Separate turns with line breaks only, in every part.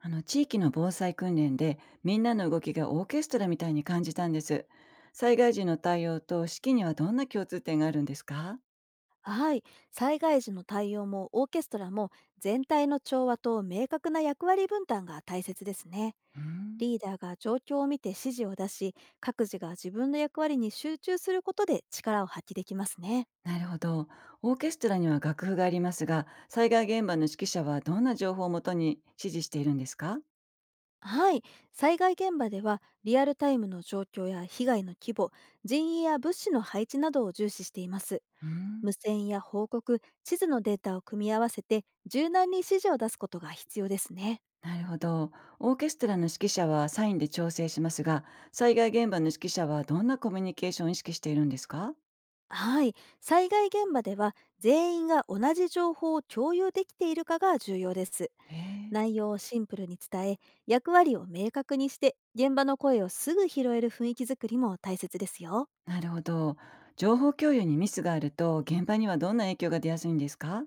あの地域の防災訓練でみんなの動きがオーケストラみたいに感じたんです。災害時の対応と指揮にはどんな共通点があるんですか？
はい、災害時の対応もオーケストラも全体の調和と明確な役割分担が大切ですね。
うーん。
リーダーが状況を見て指示を出し、各自が自分の役割に集中することで力を発揮できますね。
なるほど。オーケストラには楽譜がありますが、災害現場の指揮者はどんな情報をもとに指示しているんですか？
はい、災害現場ではリアルタイムの状況や被害の規模、人員や物資の配置などを重視しています。
うーん。
無線や報告、地図のデータを組み合わせて柔軟に指示を出すことが必要ですね。
なるほど。オーケストラの指揮者はサインで調整しますが、災害現場の指揮者はどんなコミュニケーションを意識しているんですか？
はい、災害現場では全員が同じ情報を共有できているかが重要です。
へえ。
内容をシンプルに伝え、役割を明確にして、現場の声をすぐ拾える雰囲気づくりも大切ですよ。
なるほど。情報共有にミスがあると、現場にはどんな影響が出やすいんですか？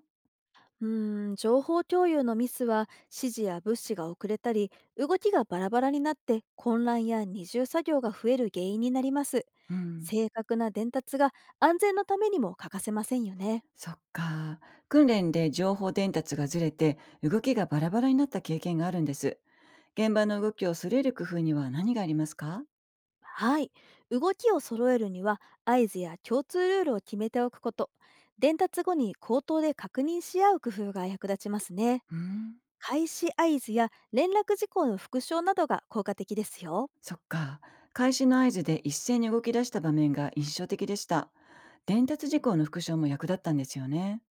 うーん、情報共有のミスは指示や物資が遅れたり、動きがバラバラになって混乱や二重作業が増える原因になります。
うん。
正確な伝達が安全のためにも欠かせませんよね。
そっか。訓練で情報伝達がずれて、動きがバラバラになった経験があるんです。現場の動きをすれる工夫には何がありますか？
はい。動きを揃えるには合図や共通ルールを決めておくこと。伝達後に口頭で確認し合う工夫が役立ちますね。
うん。
開始合図や連絡事項の復唱などが効果的ですよ。
そっか。開始の合図で一斉に動き出した場面が印象的でした。伝達事項の復唱も役立ったんですよね。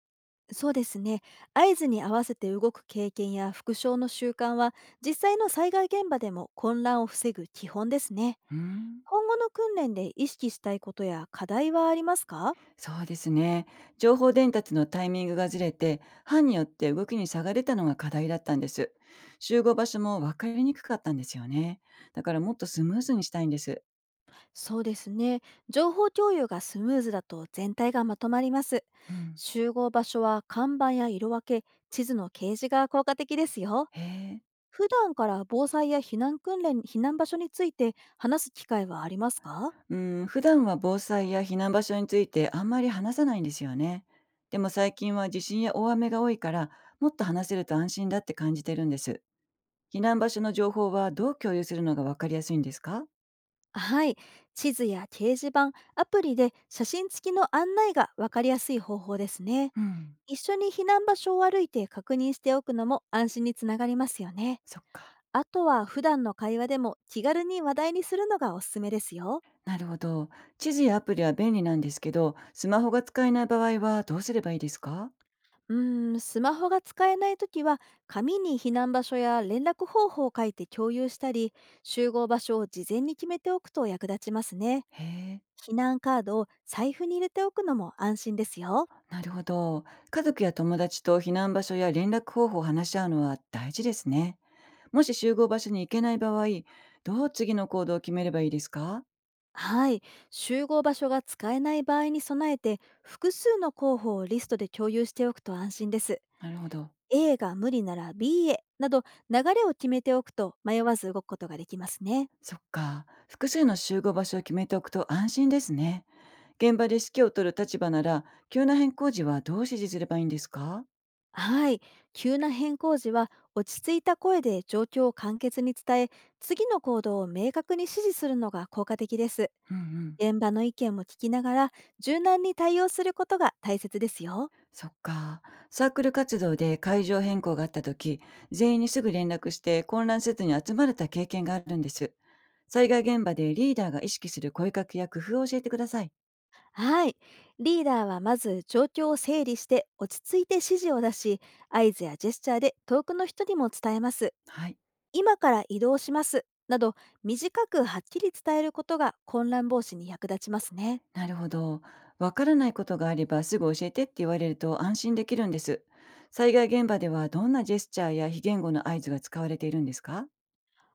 そうですね。合図に合わせて動く経験や復唱の習慣は実際の災害現場でも混乱を防ぐ基本ですね。
うん。
今後の訓練で意識したいことや課題はありますか？
そうですね。情報伝達のタイミングがずれて、班によって動きに差が出たのが課題だったんです。集合場所も分かりにくかったんですよね。だからもっとスムーズにしたいんです。
そうですね。情報共有がスムーズだと全体がまとまります。
うん。
集合場所は看板や色分け、地図の掲示が効果的ですよ。
へえ。
普段から防災や避難訓練、避難場所について話す機会はありますか？
うん、普段は防災や避難場所についてあんまり話さないんですよね。でも最近は地震や大雨が多いから、もっと話せると安心だって感じてるんです。避難場所の情報はどう共有するのが分かりやすいんですか？
はい。地図や掲示板、アプリで写真付きの案内がわかりやすい方法ですね。
うん。
一緒に避難場所を歩いて確認しておくのも安心につながりますよね。
そっか。
あとは普段の会話でも気軽に話題にするのがおすすめですよ。
なるほど。地図やアプリは便利なんですけど、スマホが使えない場合はどうすればいいですか？
うーん、スマホが使えないときは、紙に避難場所や連絡方法を書いて共有したり、集合場所を事前に決めておくと役立ちますね。
へえ、
避難カードを財布に入れておくのも安心ですよ。
なるほど。家族や友達と避難場所や連絡方法を話し合うのは大事ですね。もし集合場所に行けない場合、どう次の行動を決めればいいですか？
はい。集合場所が使えない場合に備えて、複数の候補をリストで共有しておくと安心です。
なるほど。
A が無理なら B へなど流れを決めておくと迷わず動くことができますね。
そっか。複数の集合場所を決めておくと安心ですね。現場で指揮を取る立場なら、急な変更時はどう指示すればいいんですか？
はい。急な変更時は落ち着いた声で状況を簡潔に伝え、次の行動を明確に指示するのが効果的です。
うんうん。
現場の意見も聞きながら柔軟に対応することが大切ですよ。
そっか。サークル活動で会場変更があった時、全員にすぐ連絡して混乱せずに集まれた経験があるんです。災害現場でリーダーが意識する声かけや工夫を教えてください。
はい。リーダーはまず状況を整理して落ち着いて指示を出し、合図やジェスチャーで遠くの人にも伝えます。
はい。
今から移動します。など短くはっきり伝えることが混乱防止に役立ちますね。
なるほど。わからないことがあればすぐ教えてって言われると安心できるんです。災害現場ではどんなジェスチャーや非言語の合図が使われているんですか？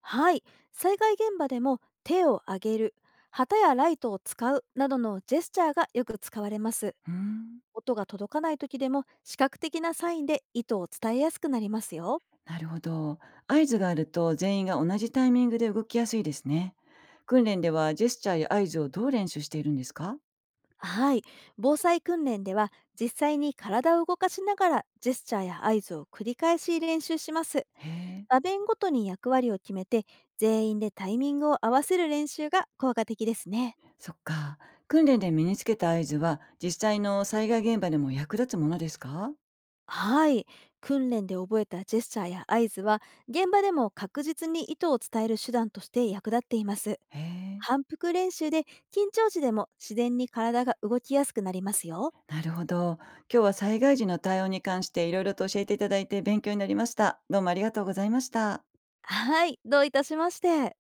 はい、災害現場でも手を挙げる、旗やライトを使うなどのジェスチャーがよく使われます。
うーん。
音が届かない時でも視覚的なサインで意図を伝えやすくなりますよ。
なるほど。合図があると全員が同じタイミングで動きやすいですね。訓練ではジェスチャーや合図をどう練習しているんですか？
はい、防災訓練では実際に体を動かしながらジェスチャーや合図を繰り返し練習します。
へえ、
場面ごとに役割を決めて全員でタイミングを合わせる練習が効果的ですね。
そっか。訓練で身につけた合図は、実際の災害現場でも役立つものですか？
はい。訓練で覚えたジェスチャーや合図は、現場でも確実に意図を伝える手段として役立っています。
へえ、
反復練習で緊張時でも自然に体が動きやすくなりますよ。
なるほど。今日は災害時の対応に関していろいろと教えていただいて勉強になりました。どうもありがとうございました。
はい。どういたしまして。